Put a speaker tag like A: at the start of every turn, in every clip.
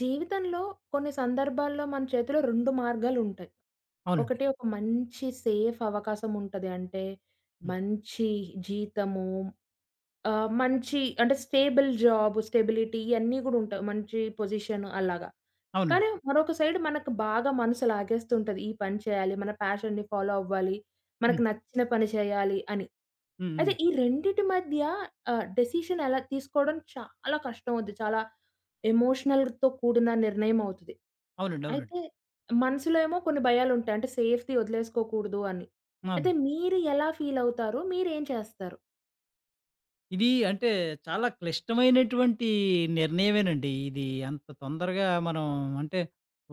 A: జీవితంలో కొన్ని సందర్భాల్లో మన చేతిలో 2 మార్గాలుంటాయి.
B: అవునండి.
A: ఒకటి ఒక మంచి సేఫ్ అవకాశం ఉంటది. అంటే
B: హ్మ్.
A: మంచి జీతము, మంచి అంటే స్టేబుల్ జాబ్, స్టెబిలిటీ ఇయన్నీ గూడా ఉంటాయి. మంచి పొజిషన్ అలాగా.
B: అవునండి.
A: కానీ మరొక సైడ్ మనకు బాగా మనసు లాగేస్తుంటది. ఈ పని చేయాలి, మన ప్యాషన్‌ని ఫాలో అవ్వాలి, మనకు
B: హ్మ్.
A: నచ్చిన పని చేయాలి అని.
B: హ్మ్.
A: అయితే
B: హ్మ్.
A: ఈ రెండిటి మధ్య డెసిషన్ ఎలా తీసుకోవడం చాలా కష్టం అవుద్ది. చాలా ఎమోషనల్‌తో కూడిన నిర్ణయం అవుతది.
B: అవునండి. అవునండి.
A: అయితే మనసులో ఏమో కొన్ని భయాలుంటాయి. అంటే సేఫ్‌ది వదిలేసుకోకూడదు అని. అయితే
B: అవును.
A: మీరు ఎలా ఫీల్ అవుతారు? మీరేం చేస్తారు?
B: ఇది అంటే చాలా క్లిష్టమైనటువంటి నిర్ణయమేనండి. ఇది అంత తొందరగా మనం అంటే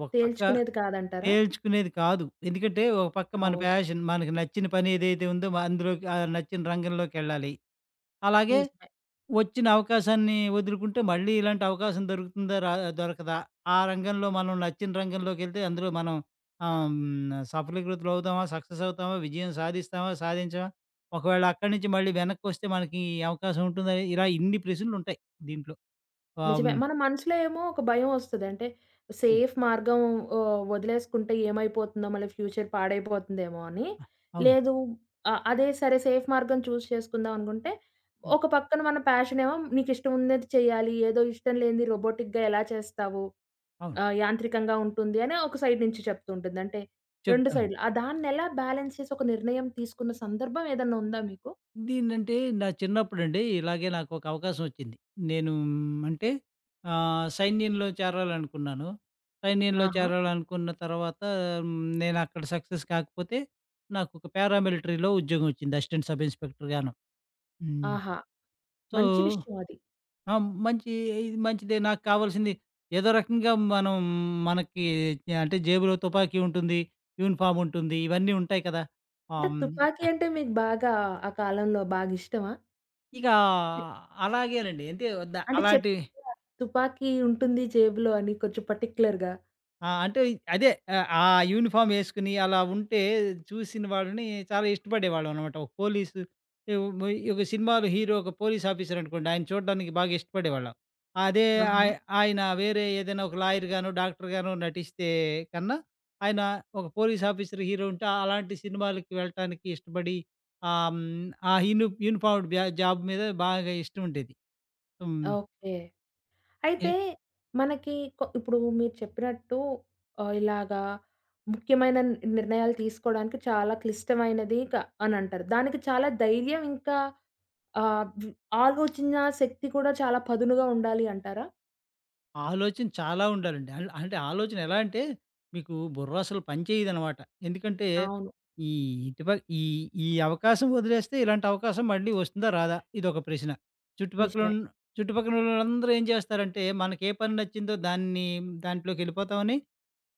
B: ఒక పక్క
A: తేల్చుకునేది కాదంటారా?
B: తేల్చుకునేది కాదు. ఎందుకంటే ఒక పక్క మన
A: అవును.
B: ప్యాషన్ మనకు నచ్చిన పని ఏదైతే ఉందో అందులోకి ఆ నచ్చిన రంగంలోకెళ్ళాలి. అలాగే
A: నిజమే.
B: వచ్చిన అవకాశాన్ని వదులుకుంటే మళ్ళీ ఇలాంటి అవకాశం దొరుకుతుందా? దొరకదా? ఆ రంగంలో మనం నచ్చిన రంగంలోకెళ్తే అందులో మనం ఆహ్, హ్మ్. సఫలీకృతులవుతామా? సక్సెస్ అవుతామా? విజయం సాధిస్తామా? సాధించమా? ఒకవేళ అక్కడి నుంచి మళ్ళీ వెనక్కొస్తే మనకి ఈ అవకాశం ఉంటుందా? ఇలా ఇన్ని ప్రశ్నలుంటాయి దీంట్లో. ఆహ్,
A: నిజమే.
B: హ్మ్.
A: మన మనసులో ఏమో ఒక భయం ఒస్తది. అంటే
B: అవును.
A: సేఫ్ మార్గం వదిలేసుకుంటే ఏమైపోతుందో మళ్ళీ ఫ్యూచర్ పాడైపోతుందేమో అని.
B: అవును.
A: లేదు, అదే సరే సేఫ్ మార్గం చూజ్ చేసుకుందాం అనుకుంటే,
B: హ్మ్.
A: ఒక పక్కన మన ప్యాషన్ ఏమో నీకిష్టం ఉన్నది చేయాలి. ఏదో ఇష్టం లేనిది రోబోటిక్‌గా ఎలా చేస్తావు?
B: అవును.
A: యాంత్రికంగా ఉంటుంది అని ఒక సైడ్ నుంచి చెప్తూ ఉంటుంది. అంటే 2
B: చెప్తా ఉండు.
A: సైడ్‌లు. దాన్నెలా బ్యాలెన్స్ చేసి ఒక నిర్ణయం తీసుకున్న సందర్భం ఏదన్నా ఉందా మీకు?
B: దీన్నంటే నా చిన్నప్పుడండి ఇలాగే నాకొక అవకాశం వచ్చింది. నేను అంటే సైన్యంలో చేరాలనుకున్నాను. సైన్యంలో
A: ఆహా!
B: చేరాలనుకున్న తర్వాత హ్మ్, నేనక్కడ సక్సెస్ కాకపోతే నాకొక పారామిలిటరీలో ఉద్యోగం వచ్చింది. అసిస్టెంట్ సబ్ ఇన్స్‌పెక్టర్ గాను. హ్మ్.
A: ఆహా!
B: సో,
A: మంచి విషయం అది.
B: ఆ! మంచి ఇది మంచిదే నాకు కావాల్సింది ఏదో రకంగా మనం మనకి అంటే జేబులో తుపాకీ ఉంటుంది. యూనిఫార్మ్ ఉంటుంది. ఇవన్నీ ఉంటాయి కదా! ఆహ్,
A: అంటే
B: హ్మ్,
A: తుపాకీ అంటే మీకు బాగా ఆ కాలంలో బాగా ఇష్టమా?
B: ఇక అలాగేనండి. అంటే
A: అంటే
B: అలాంటి
A: చెప్పారా? తుపాకీ ఉంటుంది జేబులో అని కొంచెం పర్టిక్యులర్‌గా.
B: ఆ! అంటే అదే ఆహ్, ఆ యూనిఫార్మ్ యేసుకొని అలా ఉంటే చూసిన వాళ్ళని చాలా ఇష్టపడేవాళ్ళమనమాట. ఒక పోలీసు ఏవ్ మొయ్ ఒక సినిమాలో హీరో ఒక పోలీస్ ఆఫీసర్ అనుకోండి. ఆయన చూడడానికి బాగా ఇష్టపడేవాళ్ళం. అదే
A: ఆహా!
B: ఆయ ఆయన వేరే ఏదైనా ఒక లాయర్‌గానో, డాక్టర్‌గానో నటిస్తే కన్నా ఆయన ఒక పోలీస్ ఆఫీసర్ హీరో ఉంటే అలాంటి సినిమాలకి వెళ్ళటానికి ఇష్టపడి ఆహ్, హ్మ్, ఆ యూని యూనిఫార్మ్డ్ జాబ్ మీద బాగా ఇష్టం ఉండేది. హ్మ్.
A: ఓకే. అయితే మనకి ఇప్పుడు మీరు చెప్పినట్టు ఇలాగా ముఖ్యమైన నిర్ణయాలు తీసుకోవడానికి చాలా క్లిష్టమైనది అని అంటారు. దానికి చాలా ధైర్యం ఇంకా ఆహ్, వ్ ఆలోచన శక్తి కూడా చాలా పదునుగా ఉండాలి అంటారా?
B: ఆలోచన చాలా ఉండాలండి. అంటే ఆలోచన ఎలా అంటే, మీకు బుర్ర అసలు పని చేయదనమాట. ఎందుకంటే,
A: అవును.
B: ఈ ఇటుప ఈ ఈ అవకాశం వదిలేస్తే ఇలాంటి అవకాశం మళ్ళీ వస్తుందా? రాదా? ఇదొక ప్రశ్న.
A: నిజమే.
B: చుట్టుపక్కలున్ చుట్టుపక్కనోళ్ళందరూ ఏం చేస్తారంటే, మనకే పని నచ్చిందో దాన్ని దాంట్లోకెళ్ళిపోతామని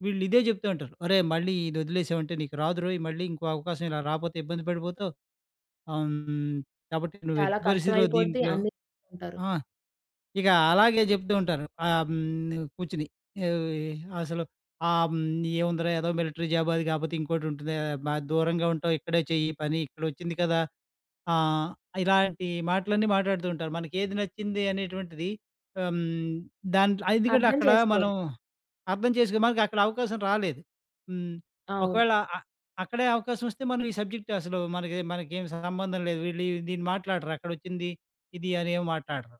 B: వీళ్ళు ఇదే చెప్తూ ఉంటారు. "ఒరేయ్! మళ్ళీ ఇది వదిలేసావంటే నీకు రాదురోయ్! మళ్ళీ ఇంకో అవకాశం ఇలా రాపోతే ఇబ్బంది పడిపోతావు. ఆహ్, హ్మ్, కాబట్టి నువ్వు
A: చాలా
B: ఎట్టి పరిస్థితిలో
A: కష్టమైపోద్ది.
B: దీంట్లో".
A: అన్నీ ఉంటారు.
B: ఆ! ఇక అలాగే జెప్తూ ఉంటారు. ఆహ్, హ్మ్. కూర్చొని ఆహ్, అసలు ఆహ్, హ్మ్. "ఏముందిరా ఏదో మిలిటరీ జాబ్ అది కాపోతే ఇంకోటుంటుంది. బా దూరంగా ఉంటావు. ఇక్కడే చెయ్యి పని. ఇక్కడొచ్చింది కదా!" ఆహ్, ఇలాంటి మాటలన్నీ మాట్లాడుతూ ఉంటారు. మనకేది నచ్చింది అనేటువంటిది ఆహ్, హ్మ్. దాంట్లో ఎందుకంటే
A: అర్థం
B: అక్కడ
A: చేసుకోరు.
B: మనం అర్థం చేసుకో మనకక్కడ అవకాశం రాలేదు. హ్మ్.
A: అవును.
B: ఒకవేళ అక్కడే అవకాశం వస్తే మనం ఈ సబ్జెక్ట్ అసలు మనకేం సంబంధం లేదు. వీళ్ళు దీన్ని మాట్లాడరు. అక్కడొచ్చింది ఇది అని ఏమి మాట్లాడరు.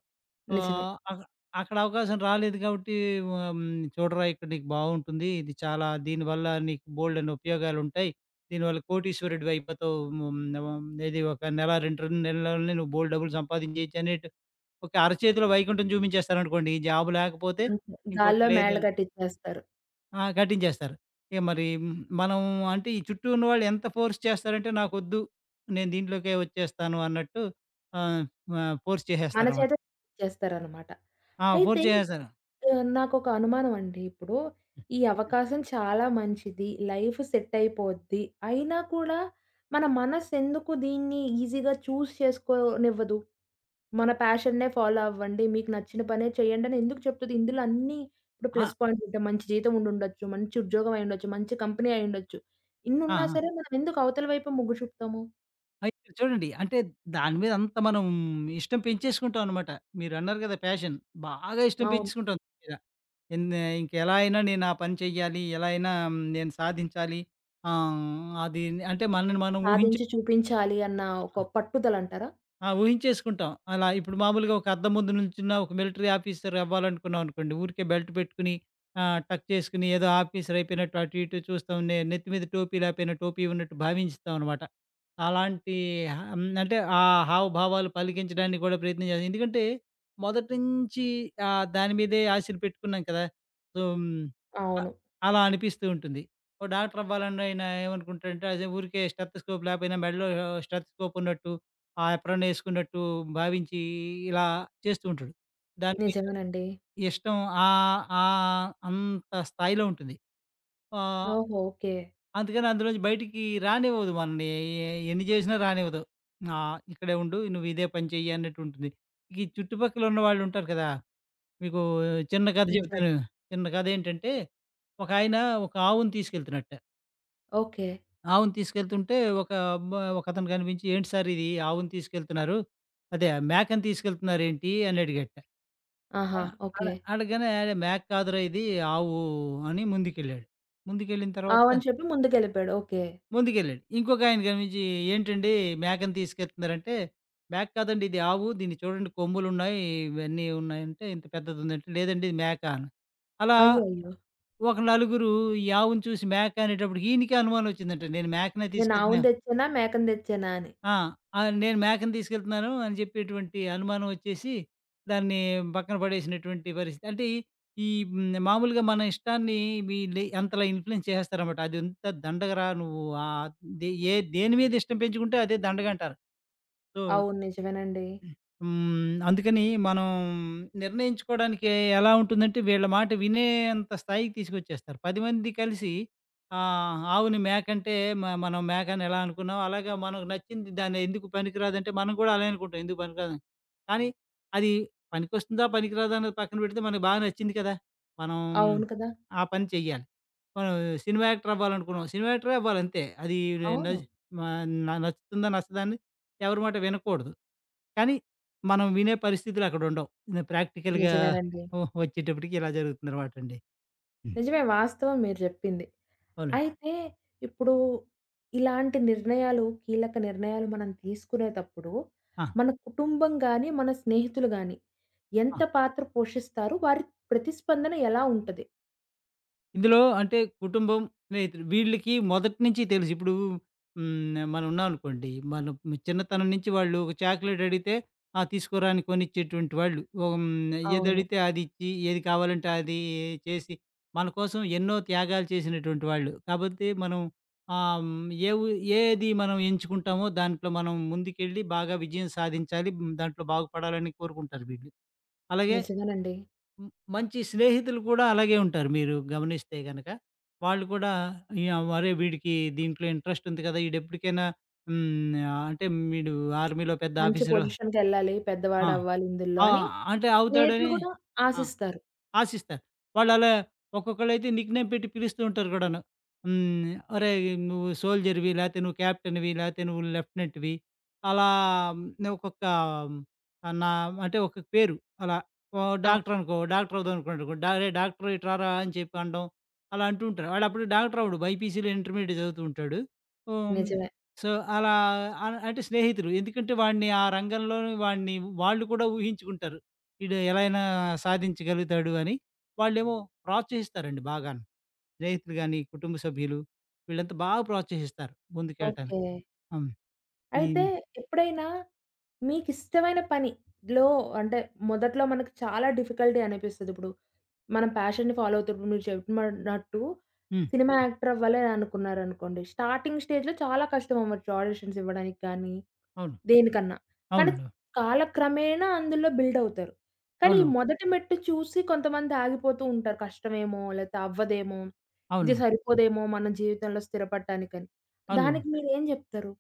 A: నిజమే.
B: ఆహ్, అక్ అక్కడ అవకాశం రాలేదు కాబట్టి ఆహ్, చూడరా ఇక్కడ నీకు బావుంటుంది. ఇది చాలా దీనివల్ల నీకు బోలెడన్ని ఉపయోగాలుంటాయి. దీనివల్ల కోటీశ్వరుడివి అయిపోతావు. హ్మ్, హ్మ్. ఇది ఒక నెల 2, 2 నెలల్లోనే నువ్వు బోలెడు డబ్బులు సంపాదించేయొచ్చు అనేటు ఒక అరచేతిలో వైకుంఠం చూపించేస్తారనుకోండి. ఈ జాబ్ లేకపోతే
A: అంతే.
B: ఇంకోటి
A: గాల్లో మేడలు
B: లేదని
A: కట్టిచ్చేస్తారు.
B: ఆ! కట్టించేస్తారు. ఇక మరి మనం అంటే ఈ చుట్టూ ఉన్నవాళ్ళు ఎంత ఫోర్స్ చేస్తారంటే నాకొద్దు. నేను దీంట్లోకే వచ్చేస్తాను అన్నట్టు ఆహ్, ఆహ్, ఫోర్స్
A: మన చేత
B: చేసేస్తారనమాట.
A: చేస్తారనమాట.
B: ఆ!
A: అయితే
B: ఫోర్స్ చేసేస్తారు.
A: నాకొక అనుమానం అండి. ఇప్పుడు ఈ అవకాశం చాలా మంచిది. లైఫ్ సెట్ అయిపోద్ది. అయినా కూడా మన మనస్సు ఎందుకు దీన్ని ఈజీగా చూజ్ చేసుకోనివ్వదు? మన ప్యాషన్‌నే ఫాలో అవ్వండి. మీకు నచ్చిన పనే చేయండి అని ఎందుకు చెప్తది? ఇందులో అన్నీ ఇప్పుడు
B: ఆ!
A: ప్లస్ పాయింట్స్ ఉంటాయి. మంచి జీతం ఉండుండొచ్చు. మంచి ఉద్యోగం అయ్యుండొచ్చు. మంచి కంపెనీ అయ్యుండొచ్చు.
B: ఆ!
A: ఇన్నున్నా
B: ఆ!
A: సరే మనం ఎందుకు అవతల వైపు మొగ్గు చూపుతాము?
B: అయితే చూడండి అంటే దాని మీద అంత మనం ఇష్టం పెంచేసుకుంటాం అనమాట. మీరన్నారు కదా! ప్యాషన్ బాగా ఇష్టం
A: అవును.
B: పెంచేసుకుంటాం దాని మీద. ఎంద్ ఇంకెలా అయినా నేను ఆ పని చేయాలి, ఎలా అయినా నేను సాధించాలి. ఆహ్, అది అంటే మనల్ని మనం ఊహించుకుంటాం.
A: సాధించి చూపించాలి అన్న ఒక పట్టుదలంటారా?
B: ఆ! ఊహించేసుకుంటాం. అలా ఇప్పుడు మామూలుగా ఒక అద్దం ముందు నుంచున్న ఒక మిలిటరీ ఆఫీసర్ అవ్వాలనుకున్నాం అనుకోండి. ఊరికే బెల్ట్ పెట్టుకొని టక్ చేసుకొని ఏదో ఆఫీసర్ అయిపోయినట్టు అటు ఇటు చూస్తాం. నెత్తి మీద టోపీ లేకపోయినా టోపీ ఉన్నట్టు భావించుతాం అనమాట. అలాంటి ఆహ్, అంటే ఆ హావభావాలు పలికించడానికి కూడా ప్రయత్నం చేస్తాం. ఎందుకంటే మొదటి నుంచి దాని మీదే ఆశలు పెట్టుకున్నాం కదా! సో, హ్మ్. అ
A: అవును.
B: అలా అనిపిస్తూ ఉంటుంది. ఓ డాక్టర్ అవ్వాలని ఆయన ఏమనుకుంటాడంటే అదే ఊరికే స్టెతస్కోప్ లేకపోయినా మెడలో స్టెతస్కోప్ ఉన్నట్టు ఆ ఏప్రాన్ ఏసుకున్నట్టు భావించి ఇలా చేస్తూ ఉంటాడు. దాని మీద
A: నిజమేనండి.
B: ఇష్టం ఆహ్, ఆహ్, అంత స్థాయిలో ఉంటుంది. ఆహ్,
A: ఓహో! ఓకే.
B: అందుకని అందులోంచి బయటికి రానివ్వదు మనల్ని. ఎన్ని చేసినా రానివ్వదు. ఇక్కడే ఉండు నువ్వు ఇదే పని చెయ్యి అన్నట్టు ఉంటుంది. ఈ చుట్టుపక్కల ఉన్నవాళ్ళు ఉంటారు కదా! మీకు చిన్న కథ
A: నిజమే.
B: చెప్తాను. చిన్న కథ ఏంటంటే, ఒకాయన ఒక ఆవుని తీసుకెళ్తున్నట్ట.
A: ఓకే.
B: ఆవును తీసుకెళ్తుంటే ఒక మ ఒకతను కనిపించి, "ఏంటి సార్ ఇది ఆవును తీసుకెళ్తున్నారు. అదే మేకని తీసుకెళ్తున్నారేంటి?" అని అడిగాడట. ఆ!
A: ఆహా!
B: అడ
A: ఓకే.
B: అడగగానే "అరె! మేక కాదురా ఇది ఆవు" అని ముందుకెళ్ళాడు. ముందుకెళ్ళిన తర్వాత
A: అవును చెప్పి ముందుకెళ్ళిపోయాడు. ఓకే.
B: ముందుకెళ్ళాడు. ఇంకొకాయన కనిపించి, "ఏంటండి మేకని తీసుకెళ్తున్నారంటే", "మేక కాదండి ఇది ఆవు. దీన్ని చూడండి కొమ్ములున్నాయి, ఇవన్నీ ఉన్నాయంటే ఇంత పెద్దదుందంటే", "లేదండి ఇది మేక" అని. అలా
A: అయ్యయ్యో!
B: ఒక నలుగురు ఈ ఆవును చూసి మేక అనేటప్పటికి ఈయనకే అనుమానం వచ్చిందంట. నేను మేకనే
A: నేను
B: తీసుకెళ్తున్నా.
A: ఆవును తెచ్చానా? మేకను తెచ్చానా అని.
B: ఆ! ఆ! నేను మేకని తీసుకెళ్తున్నాను అని చెప్పేటువంటి అనుమానం వచ్చేసి, దాన్ని పక్కన పడేసినటువంటి పరిస్థితి. అంటే ఈ మామూలుగా మన ఇష్టాన్ని వీళ్ళు అంతలా ఇన్‌ఫ్లూయెన్స్ చేసేస్తారనమాట. అదెంత దండగరా నువ్వు ఆహ్, దే ఏ దేని మీద ఇష్టం పెంచుకుంటే అదే దండగంటారు. సో,
A: అవును. నిజమేనండి.
B: హ్మ్. అందుకని మనం నిర్ణయించుకోవడానికి ఎలా ఉంటుందంటే, వీళ్ళ మాట వినేంత స్థాయికి తీసుకొచ్చేస్తారు. 10 మంది కలిసి ఆవుని మేకంటే మనం మేకని ఎలా అనుకున్నాం, అలాగే మనకు నచ్చింది దాన్ని ఎందుకు పనికిరాదంటే మనం కూడా అలాగే అనుకుంటాం. ఎందుకు పనికిరాదని. కానీ అది పనికొస్తుందా, పనికిరాదా అన్నది పక్కన పెడితే మనకు బాగా నచ్చింది కదా! మనం
A: అవును కదా!
B: ఆ పని చెయ్యాలి. మనం సినిమా యాక్టర్ అవ్వాలనుకున్నాం. సినిమా యాక్టరే అవ్వాలి అంతే. అది న
A: అవును.
B: మ న నచ్చుతుందా, నచ్చదా అని ఎవరి మాట వినకూడదు. కానీ, మనం వినే పరిస్థితులు అక్కడుండవు. ప్రాక్టికల్‌గా
A: నిజమేనండి.
B: ఓహ్! వచ్చేటప్పటికి ఇలా జరుగుతుందనమాటండి. హ్మ్.
A: నిజమే, వాస్తవం మీరు చెప్పింది.
B: అవునండి.
A: అయితే ఇప్పుడు ఇలాంటి నిర్ణయాలు, కీలక నిర్ణయాలు మనం తీసుకునేటప్పుడు,
B: ఆ!
A: మన కుటుంబం గాని, మన స్నేహితులు గాని
B: ఆ!
A: ఎంత పాత్ర పోషిస్తారు? వారి ప్రతిస్పందన ఎలా ఉంటది?
B: ఇందులో అంటే కుటుంబం, స్నేహితులు వీళ్ళకి మొదటి నుంచి తెలుసు. ఇప్పుడు హ్మ్. మనం ఉన్నామనుకోండి. మనం చిన్నతనం నుంచి వాళ్ళు ఒక చాక్లేట్ అడిగితే, ఆ! తీసుకోరా అని కొనిచ్చేటువంటి వాళ్ళు. ఓ హ్మ్.
A: అవును.
B: ఏదడిగితే అది ఇచ్చి, ఏది కావాలంటే అది చేసి, మన కోసం ఎన్నో త్యాగాలు చేసినటువంటి వాళ్ళు. కాబట్టి మనం ఆహ్, హ్మ్. ఏ ఊ ఏది మనం ఎంచుకుంటామో దాంట్లో మనం ముందుకెళ్ళి బాగా విజయం సాధించాలి. దాంట్లో బాగుపడాలని కోరుకుంటారు వీళ్ళు. అలాగే
A: నిజమేనండి.
B: హ్మ్. మంచి స్నేహితులు కూడా అలాగే ఉంటారు మీరు గమనిస్తే గనక. వాళ్ళు కూడా యాహ్! "అరే! వీడికి దీంట్లో ఇంట్రెస్ట్ ఉంది కదా! ఈడెప్పటికైనా అంటే వీడు ఆర్మీలో పెద్ద
A: మంచి
B: ఆఫీసరు"
A: పొజిషన్‌కెళ్ళాలి,
B: ఆ!
A: పెద్దవాడవ్వాలి ఇందుల్లో
B: ఆ!
A: అని
B: అంటే
A: స్నేహితులు
B: అవుతాడని
A: గూడా
B: ఆ!
A: ఆశిస్తారు.
B: ఆశిస్తారు. వాళ్ళలా ఒక్కొక్కళ్ళైతే నిక్‌నేమ్ పెట్టి పిలుస్తూ ఉంటారు కూడాను. హ్మ్. "ఒరేయ్! నువ్వు సోల్జర్‌వి, లేతే నువ్వు క్యాప్టెన్‌వి, లేతే నువ్వు లెఫ్టినెంట్‌వి" అలా హ్మ్, ఒక్కొక్క ఆహ్, నా అంటే ఒక పేరు అలా. ఓ
A: అవును.
B: డాక్టర్ అనుకో, డాక్టర్ అవుదామనుకున్నాడనుకో, "రేయ్! డాక్టర్ ఇటు రారా" అని చెప్పి అనడం. అలా అంటూ ఉంటారు. వాడప్పుడు డాక్టర్ అవ్వడు. బైపీసీలో ఇంటర్మీడియేట్ చదువుతూ ఉంటాడు. హ్మ్.
A: నిజమే.
B: సో, అలా అంటే స్నేహితులు. ఎందుకంటే వాడిని ఆ రంగంలోని వాడిని వాళ్ళు కూడా ఊహించుకుంటారు. ఈడు ఎలా అయినా సాధించగలుగుతాడు అని. వాళ్ళేమో ప్రోత్సహిస్తారండి బాగాను. స్నేహితులు గాని, కుటుంబ సభ్యులు వీళ్ళంతా బాగా ప్రోత్సహిస్తారు
A: ఓకే.
B: ముందుకెళ్ళటానికి. హ్మ్. ఈ
A: అయితే ఎప్పుడైనా మీకిష్టమైన పనిలో అంటే మొదట్లో మనకు చాలా డిఫికల్టీ అనిపిస్తది. ఇప్పుడు మనం ప్యాషన్‌ని ఫాలో అవుతున్నప్పుడు మీరు చెప్పినట్టు
B: హ్మ్.
A: సినిమా యాక్టర్ అవ్వాలని అనుకున్నారనుకోండి. స్టార్టింగ్ స్టేజ్‌లో చాలా కష్టం అవ్వచ్చు ఆడిషన్స్ ఇవ్వడానికి కానీ,
B: అవును.
A: దేనికన్నా. కానీ
B: అవునండి.
A: కాలక్రమేణా అందులో బిల్డ్ అవుతారు. కానీ ఈ
B: అవును.
A: మొదటి మెట్టు చూసి కొంతమంది ఆగిపోతూ ఉంటారు. కష్టమేమో, లేతే అవ్వదేమో, ఇది
B: అవును.
A: సరిపోదేమో మన జీవితంలో స్థిరపడటానికని.
B: అవును.
A: దానికి మీరేం జెప్తారు?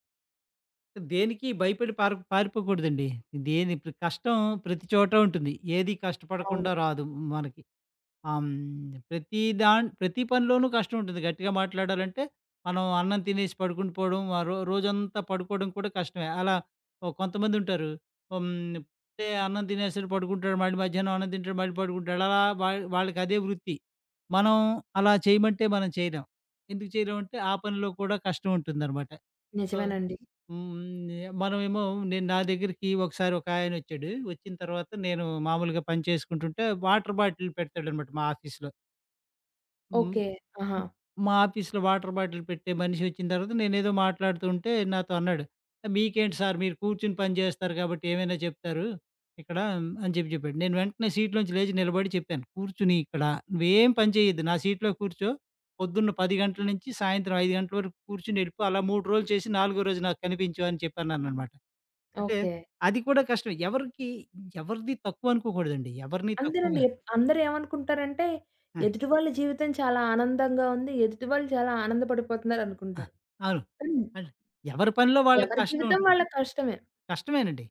B: దేనికి భయపడి పారిపోకూడదండి. ఇప్పుడు కష్టం ప్రతి చోట ఉంటుంది. ఏది
A: అవును.
B: కష్టపడకుండా రాదు మనకి. ఆ! హ్మ్. ప్రతి పనిలోనూ కష్టం ఉంటుంది. గట్టిగా మాట్లాడాలంటే, మనం అన్నం తినేసి పడుకుండి పోవడం, ఆ రో రోజంతా పడుకోవడం కూడా కష్టమే. అలా ఓహ్, కొంతమందుంటారు. హ్మ్. పొద్దే అన్నం తినేస్తాడు పడుకుంటాడు, మళ్ళీ మధ్యాహ్నం అన్నం తింటాడు, మళ్ళీ పడుకుంటాడు. అలా వాళ్ళకదే వృత్తి. మనం అలా చేయమంటే మనం చేయలేం. ఎందుకు చేయలేమంటే, ఆ పనిలో కూడా కష్టం ఉంటుందనమాట. సో,
A: నిజమేనండి.
B: హ్మ్. మనమేమో నా దగ్గరికి ఒకసారి ఒకాయనొచ్చాడు. వచ్చిన తర్వాత నేను మామూలుగా పని చేసుకుంటుంటే వాటర్ బాటిల్ పెడతాడనమాట మా ఆఫీస్‌లో. హ్మ్.
A: ఓకే. ఆహా!
B: హ్మ్. మా ఆఫీస్‌లో వాటర్ బాటిల్ పెట్టే మనిషి వచ్చిన తర్వాత నేనేదో మాట్లాడుతూ ఉంటే నాతో అన్నాడు. "మీకేంటి సార్ మీరు కూర్చొని పని చేస్తారు కాబట్టి ఏమైనా చెప్తారు ఇక్కడ" అని చెప్పి చెప్పాడు. నేను వెంటనే సీట్‌లోంచి లేచి నిలబడి చెప్పాను. "కూర్చుని ఇక్కడ నువ్వేం పని చేయొద్దు. నా సీట్‌లో కూర్చో. పొద్దున్న 10 గంటల నుంచి సాయంత్రం 5 గంటల వరకు కూర్చొని వెళ్ళిపో. అలా 3 రోజులు చేసి నాలుగో రోజు నాకు కనిపించు" అని చెప్పాననమాట. అంటే
A: ఓకే.
B: అది కూడా కష్టమే. ఎవరిది తక్కువ అనుకోకూడదండి. ఎవరిని
A: అంతేనండి.
B: తక్కువగా
A: అందరూ ఏమనుకుంటారంటే, ఎదుటి వాళ్ళ జీవితం చాలా ఆనందంగా ఉంది. ఎదుటి వాళ్ళు చాలా ఆనందపడిపోతున్నారు
B: ఆ!
A: అనుకుంటారు.
B: అవును.
A: కానీ
B: అంటే ఎవరి పనిలో వాళ్ళకి
A: ఎవరి
B: కష్టం
A: జీవితం
B: ఉంటుంది.
A: వాళ్ళ కష్టమే.
B: కష్టమేనండి.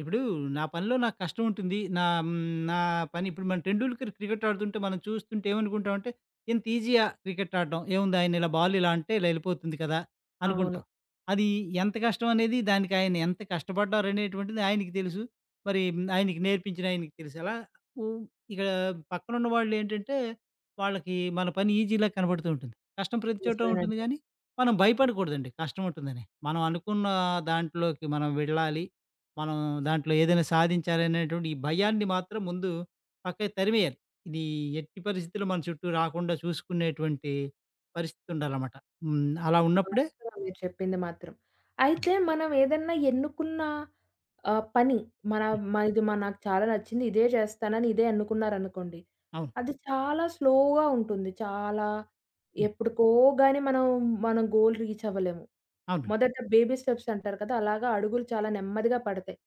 B: ఇప్పుడు నా పనిలో నాకు కష్టం ఉంటుంది. నా పని ఇప్పుడు మనం 'టెండూల్కర్' క్రికెట్ ఆడుతుంటే మనం చూస్తుంటే ఏమనుకుంటామంటే, ఇంత ఈజీయా క్రికెట్ ఆడడం. ఏముంది ఆయన ఇలా బాల్ ఇలా అంటే ఇలా ఎళ్ళిపోతుంది కదా!
A: అవును.
B: అనుకుంటాం. అది ఎంత కష్టం అనేది దానికి ఆయన ఎంత కష్టపడ్డారనేటువంటిది ఆయనకి తెలుసు. మరి ఆయనకి నేర్పించిన ఆయనకి తెలుసు. అలా ఉ ఇక్కడ పక్కనున్న వాళ్ళేంటంటే, వాళ్ళకి మన పని ఈజీలా కనబడుతూ ఉంటుంది. కష్టం ప్రతి చోట ఉంటుంది
A: నిజమేనండి.
B: గానీ, మనం భయపడకూడదండి కష్టం ఉంటుందని. మనం అనుకున్న దాంట్లోకి మనం వెళ్ళాలి. మనం దాంట్లో ఏదైనా సాధించాలనేటువంటి ఈ భయాన్ని మాత్రం ముందు పక్కకి తరిమేయాలి. ఇది ఎట్టి పరిస్థితుల్లో మన చుట్టూ రాకుండా చూసుకునేటువంటి పరిస్థితి ఉండాలన్నమాట. హ్మ్. అలా ఉన్నప్పుడే
A: వాస్తవం మీరు చెప్పింది మాత్రం. అయితే మనం ఏదన్నా ఎన్నుకున్న ఆ! పని. మన ఇది నాకు చాలా నచ్చింది. ఇదే చేస్తానని ఇదే అనుకున్నారనుకోండి.
B: అవును.
A: అది చాలా స్లోగా ఉంటుంది. చాలా ఎప్పుడుకో గాని మనం మన గోల్ రీచ్ అవ్వలేము.
B: అవునండి.
A: మొదట బేబీ స్టెప్స్ అంటారు కదా! అలాగా అడుగులు చాలా నెమ్మదిగా పడతాయి.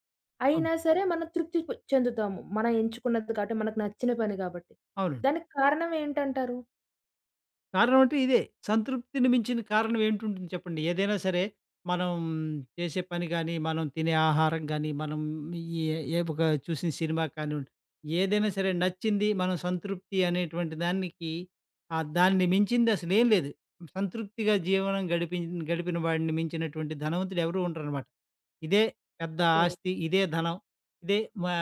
B: అవును.
A: అయినా సరే మనం తృప్తి చెందుతాము. మనం ఎంచుకున్నది కాబట్టి, మనకు నచ్చిన పని కాబట్టి.
B: అవును.
A: దానికి కారణం ఏంటంటారు?
B: కారణం అంటే ఇదే. సంతృప్తిని మించిన కారణం ఏంటుంటుంది చెప్పండి? ఏదైనా సరే, మనం చేసే పని గాని, మనం తినే ఆహారం గాని, మనం ఏ ఏ ఒక చూసిన సినిమా కానివ్వండి, ఏదైనా సరే నచ్చింది మనం సంతృప్తి అనేటువంటి దానికి దాన్ని మించింది అసలేం లేదు. సంతృప్తిగా జీవనం గడిపిన వాడిని మించినటువంటి ధనవంతుడు ఎవరు ఉండరనమాట. ఇదే పెద్ద
A: ఓకే.
B: ఆస్తి, ఇదే ధనం, ఇదే మా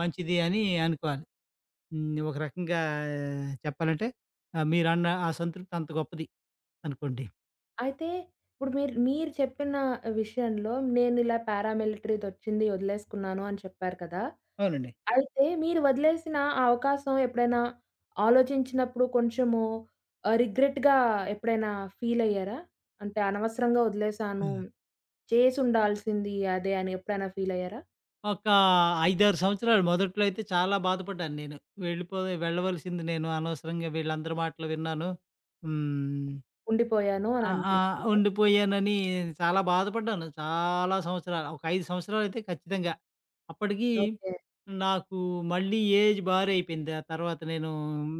B: మంచిది అని అనుకోవాలి. హ్మ్. ఒక రకంగా చెప్పాలంటే మీరన్న ఆ సంతృప్తి అంత గొప్పది అనుకోండి.
A: అయితే ఇప్పుడు మీరు మీరు చెప్పిన విషయంలో నేనిలా పారామిలిటరీదొచ్చింది వదిలేసుకున్నాను అని చెప్పారు కదా!
B: అవునండి.
A: అయితే మీరు వదిలేసిన ఆ అవకాశం ఎప్పుడైనా ఆలోచించినప్పుడు కొంచెము రిగ్రెట్‌గా ఎప్పుడైనా ఫీల్ అయ్యారా? అంటే అనవసరంగా వదిలేసాను.
B: హ్మ్.
A: చేసుండాల్సింది అదే అని ఎప్పుడైనా ఫీల్ అయ్యారా?
B: ఒక 5, 6 సంవత్సరాలు మొదట్లో అయితే చాలా బాధపడ్డాను నేను. వెళ్ళిపో వెళ్ళవలసింది నేను అనవసరంగా వీళ్ళందరి మాటలు విన్నాను. హ్మ్.
A: ఉండిపోయాను అని
B: ఆ! ఆ!
A: అనిపించిందా?
B: ఉండిపోయానని చాలా బాధపడ్డాను. చాలా సంవత్సరాలు. ఒక 5 సంవత్సరాలైతే ఖచ్చితంగా. అప్పటికి
A: ఓకే.
B: నాకు మళ్ళీ ఏజ్ బారైపోయింది. ఆ తర్వాత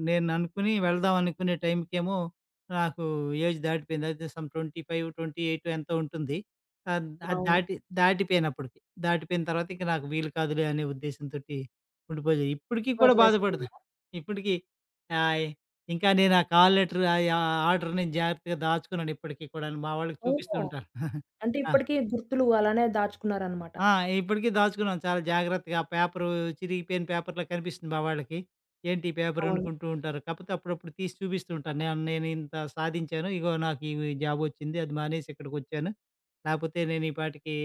B: నేను అనుకుని వెళ్దాం అనుకునే టైంకేమో నాకు ఏజ్ దాటిపోయింది. అయితే సమ్ 25, 28 ఎంతో ఉంటుంది. ఆహ్, అది
A: అవును.
B: దాటి దాటిపోయానప్పటికి. దాటిపోయిన తర్వాత ఇంక నాకు వీలు కాదులే అనే ఉద్దేశంతోటి ఉండిపోయాను. ఇప్పటికి కూడా బాధపడతా.
A: వదిలేసుకున్నారా?
B: ఇప్పటికి ఆహ్ ఇంకా నేను ఆ కాల్ లెటర్ ఆ యా ఆర్డర్ నేను జాగ్రత్తగా దాచుకున్నాను ఇప్పటికి కూడాను. మా వాళ్ళకి చూపిస్తూ
A: ఓహో!
B: ఉంటాను.
A: అంటే
B: ఆ!
A: ఇప్పటికి గుర్తులు అలానే దాచుకున్నారనమాట.
B: ఆ! ఇప్పటికి దాచుకున్నాను చాలా జాగ్రత్తగా. ఆ పేపరు చిరిగిపోయిన పేపర్‌లా కనిపిస్తుంది మా వాళ్ళకి. ఏంటి ఈ పేపర్
A: అవును.
B: అనుకుంటూ ఉంటారు. కాకపోతే అప్పుడప్పుడు తీసి చూపిస్తూ ఉంటాను. నేను నేను ఇంత సాధించాను. ఇగో నాకు ఈ జాబ్ వచ్చింది. అది మానేసి ఇక్కడికొచ్చాను. లేకపోతే నేను ఈ పాటికి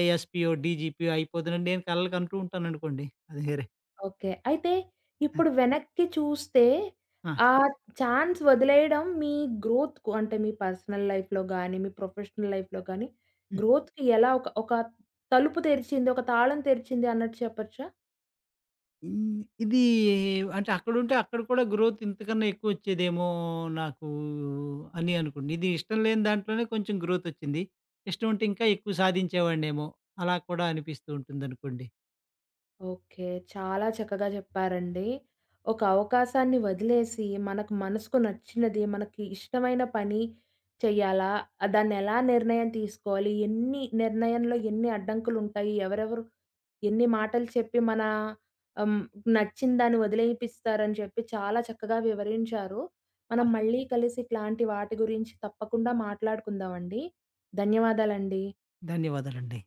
B: ఏఎస్‌పీయో, డీజీపీయో అయిపోదునని నేను కలలు కంటూ ఉంటాననుకోండి. అది వేరే.
A: ఓకే. అయితే
B: ఆ!
A: ఇప్పుడు వెనక్కి చూస్తే,
B: ఆ!
A: ఆ ఛాన్స్ వదిలేయడం మీ గ్రోత్‌కు అంటే మీ పర్సనల్ లైఫ్‌లో గాని, మీ ప్రొఫెషనల్ లైఫ్‌లో గాని గ్రోత్‌కి ఎలా ఒక ఒక తలుపు తెరిచింది, ఒక తాళం తెరిచింది అన్నట్టు చెప్పొచ్చా?
B: హ్మ్. ఇది అంటే అక్కడుంటే అక్కడ కూడా గ్రోత్ ఇంతకన్నా ఎక్కువొచ్చేదేమో నాకు అని అనుకోండి. ఇది ఇష్టం లేని దాంట్లోనే కొంచెం గ్రోతొచ్చింది. ఇష్టం ఉంటే ఇంకా ఎక్కువ సాధించేవాడినేమో! అలా కూడా అనిపిస్తూ ఉంటుందనుకోండి.
A: ఓకే. చాలా చక్కగా చెప్పారండి. ఒక అవకాశాన్ని వదిలేసి, మనకు మనసుకు నచ్చినది, మనకి ఇష్టమైన పని చెయ్యాలా? దాన్నెలా నిర్ణయం తీసుకోవాలి? ఎన్ని నిర్ణయంలో ఎన్ని అడ్డంకులుంటాయి? ఎవరెవరు ఎన్ని మాటలు చెప్పి మన ఆహ్, నచ్చిన దాన్ని వదిలేపిస్తారని చెప్పి చాలా చక్కగా వివరించారు. మనం
B: అవును.
A: మళ్ళీ కలిసి ఇట్లాంటి వాటి గురించి తప్పకుండా మాట్లాడుకుందామండి. ధన్యవాదాలండి.
B: ధన్యవాదాలండి.